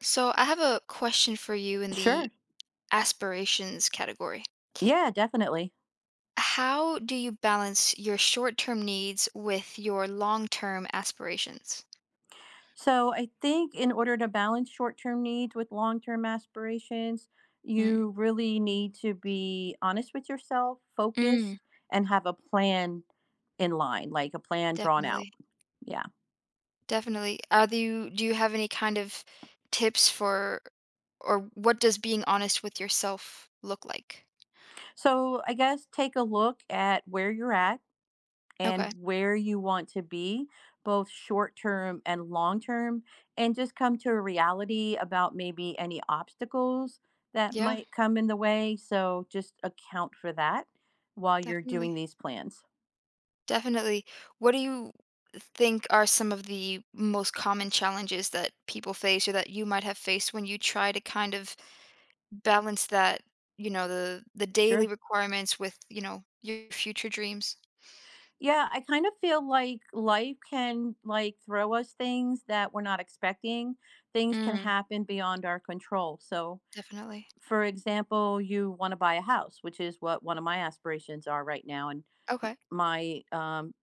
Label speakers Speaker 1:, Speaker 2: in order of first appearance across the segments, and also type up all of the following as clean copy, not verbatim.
Speaker 1: So I have a question for you in
Speaker 2: Sure.
Speaker 1: the aspirations category.
Speaker 2: Yeah, definitely.
Speaker 1: How do you balance your short-term needs with your long-term aspirations?
Speaker 2: So I think in order to balance short term needs with long term aspirations,
Speaker 1: Mm.
Speaker 2: you really need to be honest with yourself, focused,
Speaker 1: Mm.
Speaker 2: and have a plan in line, like a plan drawn out.
Speaker 1: Definitely.
Speaker 2: Yeah.
Speaker 1: Definitely. Are you Do you have any kind of tips for or what does being honest with yourself look like?
Speaker 2: So I guess take a look at where you're at and
Speaker 1: Okay.
Speaker 2: where you want to be, both short term and long term, and just come to a reality about maybe any obstacles that
Speaker 1: Yeah,
Speaker 2: might come in the way. So just account for that while you're
Speaker 1: definitely.
Speaker 2: doing these plans.
Speaker 1: Definitely. What do you think are some of the most common challenges that people face or that you might have faced when you try to kind of balance that, you know, the daily
Speaker 2: Sure.
Speaker 1: requirements with, you know, your future dreams?
Speaker 2: Yeah, I kind of feel like life can like throw us things that we're not expecting. Things can
Speaker 1: Mm,
Speaker 2: happen beyond our control. So,
Speaker 1: definitely.
Speaker 2: for example, you want to buy a house, which is what one of my aspirations are right now and
Speaker 1: Okay.
Speaker 2: my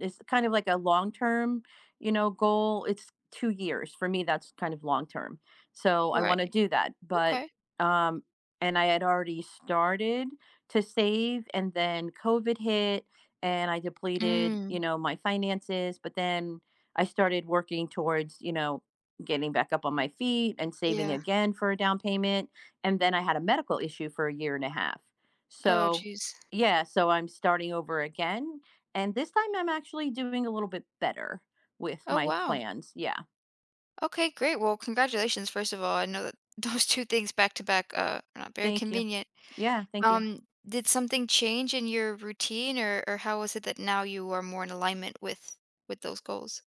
Speaker 2: it's kind of like a long-term, you know, goal. It's 2 years. For me, that's kind of long-term. So, I
Speaker 1: Right.
Speaker 2: wanna do that, but,
Speaker 1: Okay.
Speaker 2: um and I had already started to save, and then COVID hit, and I depleted, you
Speaker 1: Mm,
Speaker 2: know, my finances, but then I started working towards, you know, getting back up on my feet and saving
Speaker 1: yeah.
Speaker 2: again for a down payment, and then I had a medical issue for a year and a half.
Speaker 1: Oh,
Speaker 2: So,
Speaker 1: geez.
Speaker 2: yeah, so I'm starting over again, and this time I'm actually doing a little bit better with
Speaker 1: Oh,
Speaker 2: my
Speaker 1: wow.
Speaker 2: plans. Yeah.
Speaker 1: Okay, great. Well, congratulations, first of all. I know that those two things back to back are not very
Speaker 2: Thank you.
Speaker 1: convenient.
Speaker 2: Yeah, thank you.
Speaker 1: Did something change in your routine, or how is it that now you are more in alignment with those goals?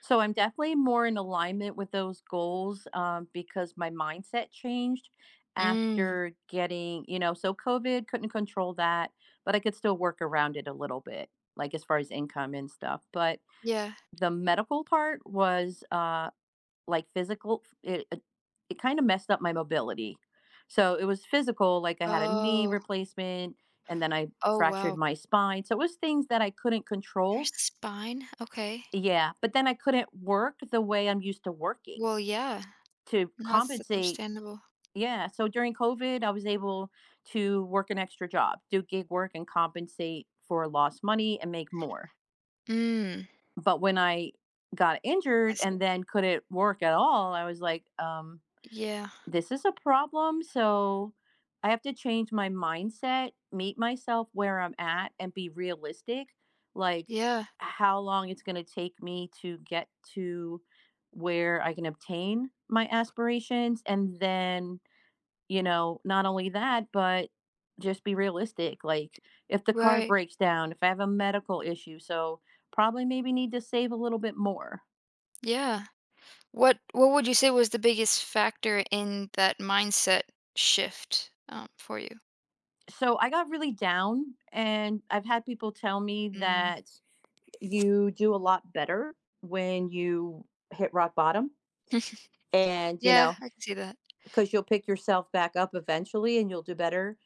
Speaker 2: So I'm definitely more in alignment with those goals because my mindset changed
Speaker 1: Mm,
Speaker 2: after getting, you know, so COVID couldn't control that, but I could still work around it a little bit, like as far as income and stuff. But
Speaker 1: yeah.
Speaker 2: the medical part was like, physical it it kinda messed up my mobility. So, it was physical, like, I had a knee
Speaker 1: Oh.
Speaker 2: replacement, and then I
Speaker 1: Oh,
Speaker 2: fractured
Speaker 1: wow.
Speaker 2: my spine, so it was things that I couldn't
Speaker 1: Your
Speaker 2: control.
Speaker 1: spine. Okay.
Speaker 2: Yeah, but then I couldn't work the way I'm used to working
Speaker 1: Well, yeah.
Speaker 2: to
Speaker 1: No, it's
Speaker 2: compensate.
Speaker 1: understandable.
Speaker 2: Yeah, so during COVID, I was able to work an extra job, do gig work and compensate for lost money and make more.
Speaker 1: Mm,
Speaker 2: But when I got
Speaker 1: I
Speaker 2: injured
Speaker 1: see.
Speaker 2: and then couldn't work at all, I was like,
Speaker 1: Yeah.
Speaker 2: this is a problem, so I have to change my mindset, meet myself where I'm at, and be realistic. Like,
Speaker 1: Yeah.
Speaker 2: how long it's going to take me to get to where I can obtain my aspirations. And then, you know, not only that, but just be realistic. Like, if the car
Speaker 1: Right.
Speaker 2: breaks down, if I have a medical issue, so probably maybe need to save a little bit more.
Speaker 1: Yeah. What would you say was the biggest factor in that mindset shift, for you?
Speaker 2: So I got really down, and I've had people tell me
Speaker 1: Mm.
Speaker 2: that you do a lot better when you hit rock bottom and you
Speaker 1: Yeah,
Speaker 2: know
Speaker 1: I can see that.
Speaker 2: because you'll pick yourself back up eventually and you'll do better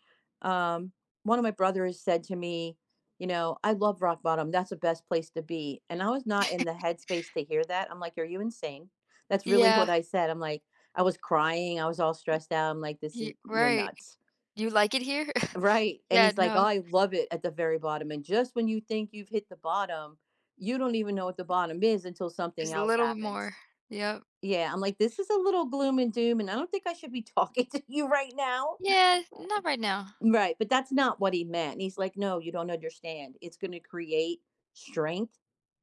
Speaker 2: um, one of my brothers said to me, you know, I love rock bottom, that's the best place to be, and I was not in the headspace to hear that. I'm like, are you insane? That's really
Speaker 1: Yeah,
Speaker 2: what I said. I'm like, I was crying, I was all stressed out. I'm like, this
Speaker 1: y
Speaker 2: is, you're
Speaker 1: right.
Speaker 2: nuts.
Speaker 1: You like it here?
Speaker 2: Right, and
Speaker 1: Yeah,
Speaker 2: he's like, "Oh,
Speaker 1: no.
Speaker 2: I love it at the very bottom," and just when you think you've hit the bottom, you don't even know what the bottom is until something
Speaker 1: There's a
Speaker 2: else
Speaker 1: little bit
Speaker 2: happens.
Speaker 1: more. Yep.
Speaker 2: Yeah, I'm like, "This is a little gloom and doom, and I don't think I should be talking to you right now."
Speaker 1: Yeah, not right now.
Speaker 2: Right, but that's not what he meant, and he's like, "No, you don't understand. It's gonna create strength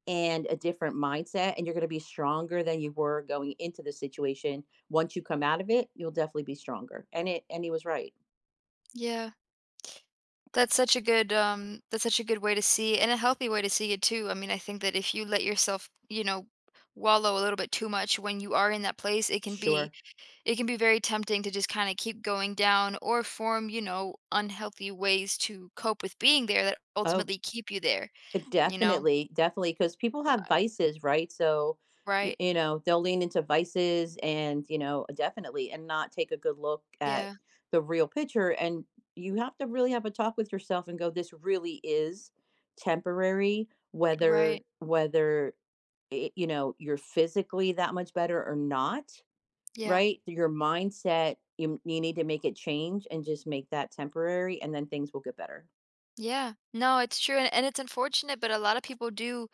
Speaker 2: and a different mindset, and you're gonna be stronger than you were going into the situation. Once you come out of it, you'll definitely be stronger." And it, and he was right.
Speaker 1: Yeah. That's such a good that's such a good way to see, and a healthy way to see it too. I mean, I think that if you let yourself, you know, wallow a little bit too much when you are in that place,
Speaker 2: Sure.
Speaker 1: it can be very tempting to just kind of keep going down, or form, you know, unhealthy ways to cope with being there that
Speaker 2: Oh.
Speaker 1: ultimately keep you there, you know.
Speaker 2: Definitely, definitely, because people have
Speaker 1: Uh,
Speaker 2: vices, right? So,
Speaker 1: Right?
Speaker 2: you know, they'll lean into vices and, you know, definitely, and not take a good look at
Speaker 1: Yeah.
Speaker 2: the real picture. And you have to really have a talk with yourself and go, this really is temporary, whether,
Speaker 1: Right.
Speaker 2: whether, it, you know, you're physically that much better or not,
Speaker 1: Yeah.
Speaker 2: right? Your mindset, you need to make it change and just make that temporary, and then things will get better.
Speaker 1: Yeah, no, it's true, and it's unfortunate, but a lot of people do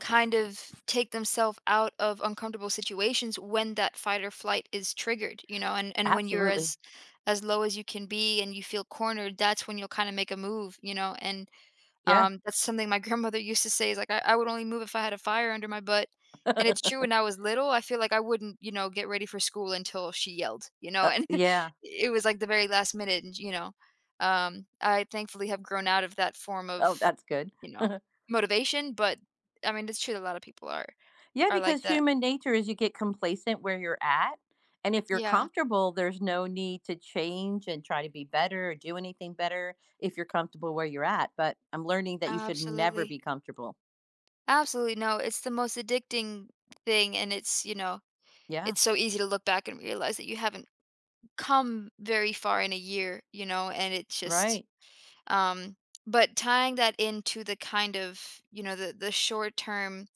Speaker 1: kind of take themselves out of uncomfortable situations when that fight or flight is triggered, you know, and when you're
Speaker 2: Absolutely.
Speaker 1: as low as you can be and you feel cornered, that's when you'll kind of make a move, you know, and
Speaker 2: Yeah.
Speaker 1: that's something my grandmother used to say is like, "I would only move if I had a fire under my butt." And it's true, when I was little, I feel like I wouldn't, you know, get ready for school until she yelled, you know, and
Speaker 2: Yeah.
Speaker 1: it was like the very last minute, and, you know, I thankfully have grown out of that form
Speaker 2: Oh,
Speaker 1: of,
Speaker 2: that's good.
Speaker 1: you know, motivation, but I mean, it's true that a lot of people are
Speaker 2: Yeah,
Speaker 1: like
Speaker 2: because
Speaker 1: that.
Speaker 2: human nature is you get complacent where you're at, and if you're
Speaker 1: Yeah,
Speaker 2: comfortable, there's no need to change and try to be better or do anything better if you're comfortable where you're at, but I'm learning that you should never
Speaker 1: absolutely.
Speaker 2: be comfortable.
Speaker 1: Absolutely, no, it's the most addicting thing, and it's, you know,
Speaker 2: Yeah,
Speaker 1: it's so easy to look back and realize that you haven't come very far in a year, you know, and it's just
Speaker 2: right.
Speaker 1: um but tying that into the kind of, you know, the short-term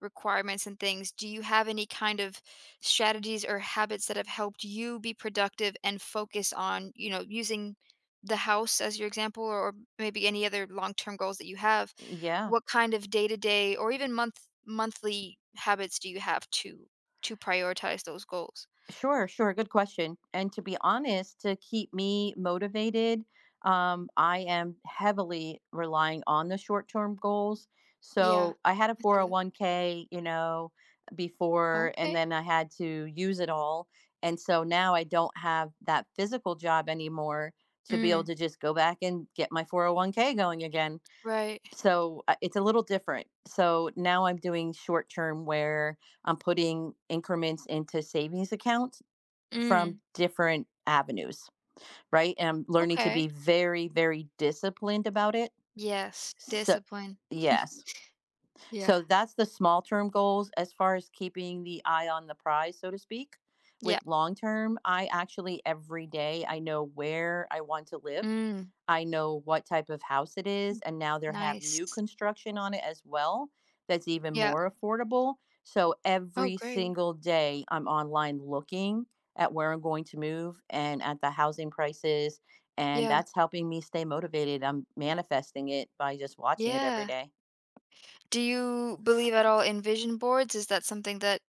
Speaker 1: requirements and things, do you have any kind of strategies or habits that have helped you be productive and focus on, you know, using the house as your example, or maybe any other long-term goals that you have?
Speaker 2: Yeah.
Speaker 1: What kind of day-to-day or even monthly habits do you have to prioritize those goals?
Speaker 2: Sure, sure. Good question. And to be honest, to keep me motivated, I am heavily relying on the short term goals.
Speaker 1: Yeah.
Speaker 2: So I had a
Speaker 1: I see that.
Speaker 2: 401k, you know, before, and
Speaker 1: Okay.
Speaker 2: then I had to use it all. And so now I don't have that physical job anymore to be able
Speaker 1: Mm,
Speaker 2: to just go back and get my 401k going again.
Speaker 1: right.
Speaker 2: So it's a little different. So now I'm doing short term where I'm putting increments into savings accounts from
Speaker 1: Mm,
Speaker 2: different avenues, right? And I'm learning to
Speaker 1: okay.
Speaker 2: be very, very disciplined about it.
Speaker 1: Yes,
Speaker 2: So,
Speaker 1: discipline.
Speaker 2: yes.
Speaker 1: Yeah.
Speaker 2: So that's the small term goals as far as keeping the eye on the prize, so to speak.
Speaker 1: Yeah.
Speaker 2: With long term, I actually every day I know where I want to live.
Speaker 1: Mm.
Speaker 2: I know what type of house it is,
Speaker 1: Mm.
Speaker 2: and now there have new
Speaker 1: Nice.
Speaker 2: construction on it as well that's even
Speaker 1: Yeah.
Speaker 2: more affordable. So
Speaker 1: Oh,
Speaker 2: every
Speaker 1: great.
Speaker 2: single day I'm online looking at where I'm going to move and at the housing prices, and
Speaker 1: Yeah.
Speaker 2: that's helping me stay motivated. I'm manifesting it by just watching it every
Speaker 1: Yeah.
Speaker 2: day.
Speaker 1: Do you believe at all in vision boards? Is that something that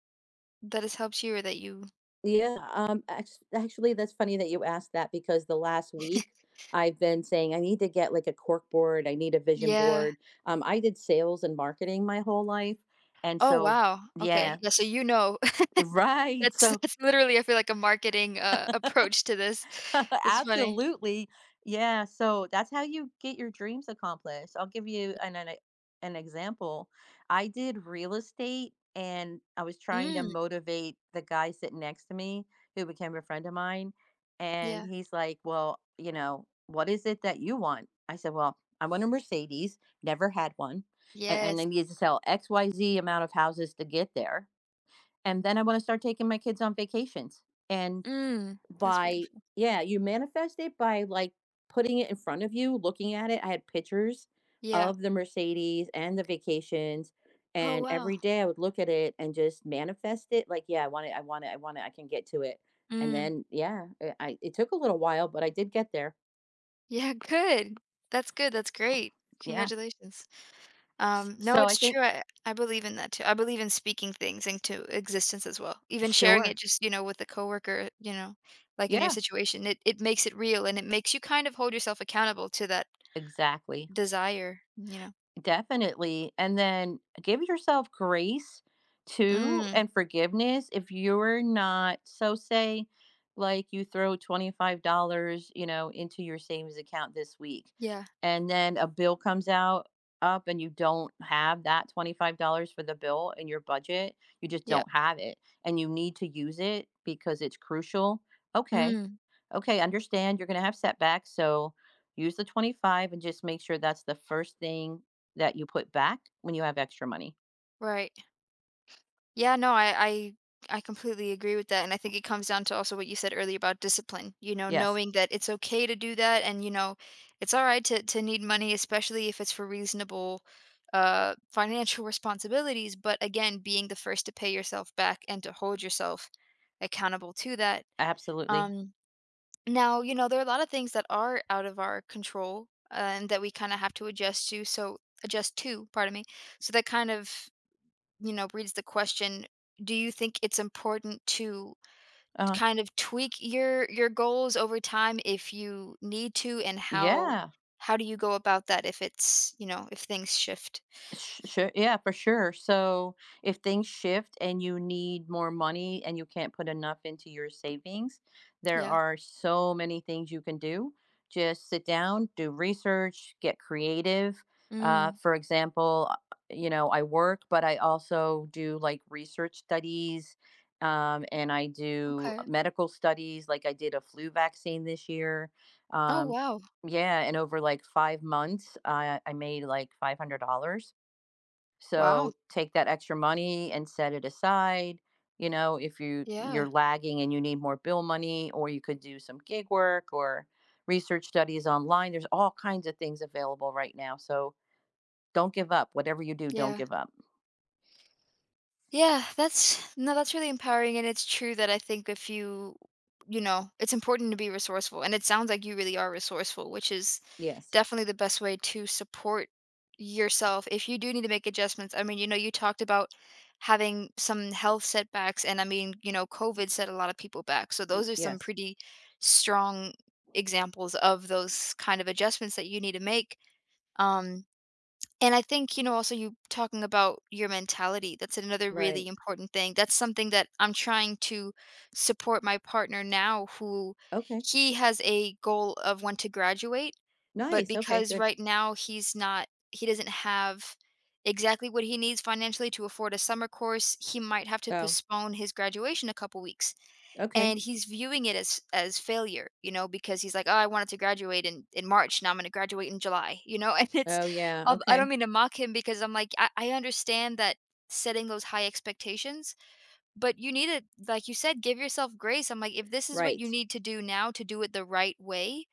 Speaker 1: that has helped you or that you—
Speaker 2: Yeah, actually, that's funny that you asked that because the last week I've been saying I need to get like a cork board, I need a vision
Speaker 1: Yeah.
Speaker 2: board. I did sales and marketing my whole life, and
Speaker 1: Oh,
Speaker 2: so
Speaker 1: wow.
Speaker 2: yeah,
Speaker 1: Okay. Yeah, so you know.
Speaker 2: right.
Speaker 1: That's
Speaker 2: So
Speaker 1: literally I feel like a marketing, approach to this. That's funny.
Speaker 2: absolutely. Yeah, so that's how you get your dreams accomplished. I'll give you an example. I did real estate and I was trying to
Speaker 1: Mm,
Speaker 2: motivate the guy sitting next to me who became a friend of mine and
Speaker 1: yeah.
Speaker 2: he's like, "Well, you know, what is it that you want?" I said, "Well, I want a Mercedes, never had one, and I
Speaker 1: Yes.
Speaker 2: need to sell XYZ amount of houses to get there. And then I want to start taking my kids on vacations." and."
Speaker 1: Mm, that's
Speaker 2: by
Speaker 1: beautiful.
Speaker 2: Yeah, you manifest it by, like, putting it in front of you, looking at it. I had pictures
Speaker 1: Yeah.
Speaker 2: of the Mercedes and the vacations,
Speaker 1: Oh,
Speaker 2: and
Speaker 1: wow.
Speaker 2: every day I would look at it and just manifest it, like, "Yeah, I want it, I want it, I want it, I can get to it." And
Speaker 1: Mm.
Speaker 2: then, yeah, I, it took a little while, but I did get there.
Speaker 1: Yeah, good. That's good, that's great.
Speaker 2: Yeah.
Speaker 1: Congratulations.
Speaker 2: S
Speaker 1: No,
Speaker 2: so I
Speaker 1: it's
Speaker 2: think
Speaker 1: true, I believe in that too. I believe in speaking things into existence as well. Even sharing
Speaker 2: sure.
Speaker 1: it just, you know, with a coworker, you know, like in your
Speaker 2: Yeah,
Speaker 1: situation, it makes it real and it makes you kind of hold yourself accountable to that
Speaker 2: exactly.
Speaker 1: desire, you know.
Speaker 2: Definitely. And then give yourself grace too
Speaker 1: Mm,
Speaker 2: and forgiveness if you're not, so say like you throw $25, you know, into your savings account this week
Speaker 1: yeah,
Speaker 2: and then a bill comes out up and you don't have that $25 for the bill in your budget, you just
Speaker 1: yeah.
Speaker 2: don't have it and you need to use it because it's crucial. Okay.
Speaker 1: Mm,
Speaker 2: Okay, understand you're going to have setbacks, so use the 25 and just make sure that's the first thing that you put back when you have extra money.
Speaker 1: right. Yeah, no, I completely agree with that. And I think it comes down to also what you said earlier about discipline, you know,
Speaker 2: Yes,
Speaker 1: knowing that it's okay to do that and, you know, it's all right to need money, especially if it's for reasonable financial responsibilities, but again, being the first to pay yourself back and to hold yourself accountable to that.
Speaker 2: absolutely.
Speaker 1: Um Now, you know, there are a lot of things that are out of our control and that we kind of have to adjust to. So adjust to, pardon me. So that kind of, you know, reads the question, do you think it's important to
Speaker 2: Uh-huh.
Speaker 1: kind of tweak your goals over time if you need to, and
Speaker 2: Yeah.
Speaker 1: how do you go about that if it's, you know, if things shift?
Speaker 2: Sh sure, yeah, for sure. So if things shift and you need more money and you can't put enough into your savings, there
Speaker 1: Yeah.
Speaker 2: are so many things you can do. Just sit down, do research, get creative.
Speaker 1: Mm.
Speaker 2: For example, you know, I work, but I also do like research studies, and I do
Speaker 1: Okay.
Speaker 2: medical studies. Like I did a flu vaccine this year.
Speaker 1: Oh,
Speaker 2: Um,
Speaker 1: wow.
Speaker 2: yeah, and over like 5 months, I made like $500,
Speaker 1: Wow.
Speaker 2: so take that extra money and set it aside. You know, if
Speaker 1: Yeah.
Speaker 2: you're lagging and you need more bill money, or you could do some gig work or research studies online. There's all kinds of things available right now. So don't give up. Whatever you do, don't
Speaker 1: Yeah.
Speaker 2: give up.
Speaker 1: Yeah, that's— no, that's really empowering. And it's true that I think if you, you know, it's important to be resourceful. And it sounds like you really are resourceful, which is
Speaker 2: Yes.
Speaker 1: definitely the best way to support yourself if you do need to make adjustments. I mean, you know, you talked about having some health setbacks, and I mean, you know, COVID set a lot of people back. So those are some
Speaker 2: Yes.
Speaker 1: pretty strong examples of those kind of adjustments that you need to make. Um, and I think, you know, also you talking about your mentality, that's another really
Speaker 2: Right.
Speaker 1: important thing. That's something that I'm trying to support my partner now, who
Speaker 2: Okay.
Speaker 1: he has a goal of when to graduate, but
Speaker 2: Nice. Okay.
Speaker 1: because
Speaker 2: Good.
Speaker 1: right now he doesn't have exactly what he needs financially to afford a summer course, he might have to
Speaker 2: Oh.
Speaker 1: postpone his graduation a couple weeks,
Speaker 2: Okay.
Speaker 1: and he's viewing it as failure, you know, because he's like, oh, I wanted to graduate in March, now I'm going to graduate in July, you know, and it's—
Speaker 2: Oh yeah.
Speaker 1: I'll— I do not
Speaker 2: Okay.
Speaker 1: mean to mock him, because I'm like, I understand that setting those high expectations, but you need to, like you said, give yourself grace. I'm like, if this is what
Speaker 2: Right.
Speaker 1: you need to do now to do it the right way,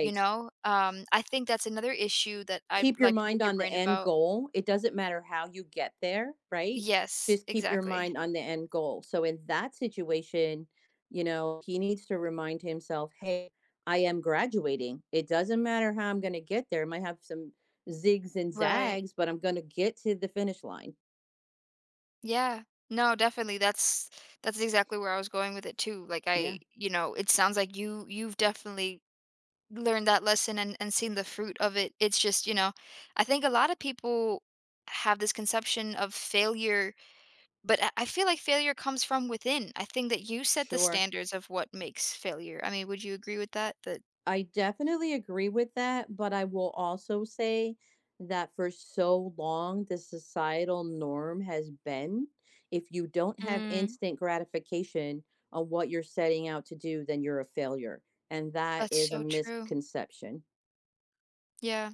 Speaker 1: you know. Um, I think that's another issue that I'd
Speaker 2: Keep your
Speaker 1: like to
Speaker 2: mind
Speaker 1: pick your
Speaker 2: on the
Speaker 1: brain
Speaker 2: end
Speaker 1: about.
Speaker 2: goal. It doesn't matter how you get there, right?
Speaker 1: Yes,
Speaker 2: Just keep your
Speaker 1: exactly.
Speaker 2: mind on the end goal. So in that situation, you know, he needs to remind himself, hey, I am graduating. It doesn't matter how I'm going to get there. I might have some zigs and
Speaker 1: Right.
Speaker 2: zags, but I'm going to get to the finish line.
Speaker 1: Yeah. No, definitely. That's exactly where I was going with it too. Like
Speaker 2: Yeah,
Speaker 1: I, you know, it sounds like you've definitely learned that lesson, and seen the fruit of it. It's just, you know, I think a lot of people have this conception of failure, but I feel like failure comes from within. I think that you set the
Speaker 2: sure.
Speaker 1: standards of what makes failure. I mean, would you agree with that? That—
Speaker 2: I definitely agree with that, but I will also say that for so long, the societal norm has been if you don't have
Speaker 1: Mm,
Speaker 2: instant gratification on what you're setting out to do, then you're a failure. And that
Speaker 1: that's
Speaker 2: is a
Speaker 1: so true.
Speaker 2: misconception.
Speaker 1: Yeah,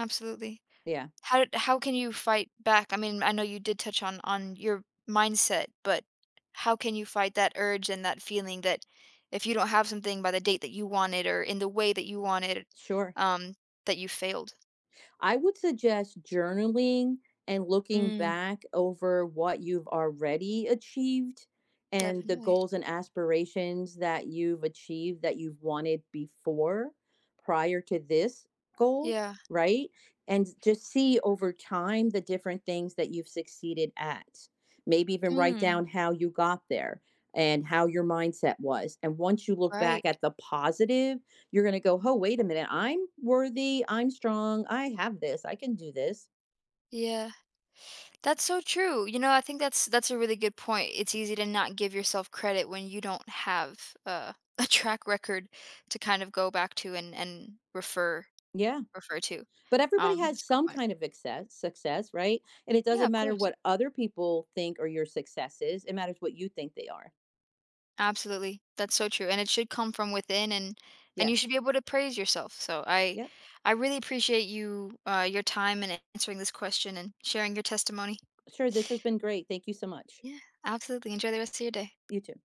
Speaker 1: absolutely.
Speaker 2: Yeah,
Speaker 1: How can you fight back? I mean, I know you did touch on your mindset, but how can you fight that urge and that feeling that if you don't have something by the date that you wanted or in the way that you wanted,
Speaker 2: sure.
Speaker 1: um, that you failed?
Speaker 2: I would suggest journaling and looking
Speaker 1: Mm.
Speaker 2: back over what you've already achieved and the
Speaker 1: Definitely.
Speaker 2: goals and aspirations that you've achieved that you've wanted before prior to this goal,
Speaker 1: Yeah.
Speaker 2: right? And just see over time the different things that you've succeeded at. Maybe even write
Speaker 1: Mm.
Speaker 2: down how you got there and how your mindset was. And once you look back
Speaker 1: Right.
Speaker 2: at the positive you're going to go, oh, wait a minute, I'm worthy, I'm strong, I have this, I can do this.
Speaker 1: Yeah. That's so true. You know, I think that's a really good point. It's easy to not give yourself credit when you don't have, a track record to kind of go back to and
Speaker 2: Yeah.
Speaker 1: refer to.
Speaker 2: But everybody has
Speaker 1: That's a good
Speaker 2: some
Speaker 1: point.
Speaker 2: kind of success, right? And it
Speaker 1: Yeah,
Speaker 2: doesn't
Speaker 1: of
Speaker 2: matter
Speaker 1: course.
Speaker 2: what other people think or your success is, it matters what you think they are.
Speaker 1: Absolutely. That's so true. And it should come from within, and you
Speaker 2: Yes.
Speaker 1: should be able to praise yourself. So
Speaker 2: Yep.
Speaker 1: I really appreciate you, your time, and answering this question, and sharing your testimony.
Speaker 2: Sure. This has been great. Thank you so much.
Speaker 1: Yeah, absolutely. Enjoy the rest of your day.
Speaker 2: You too.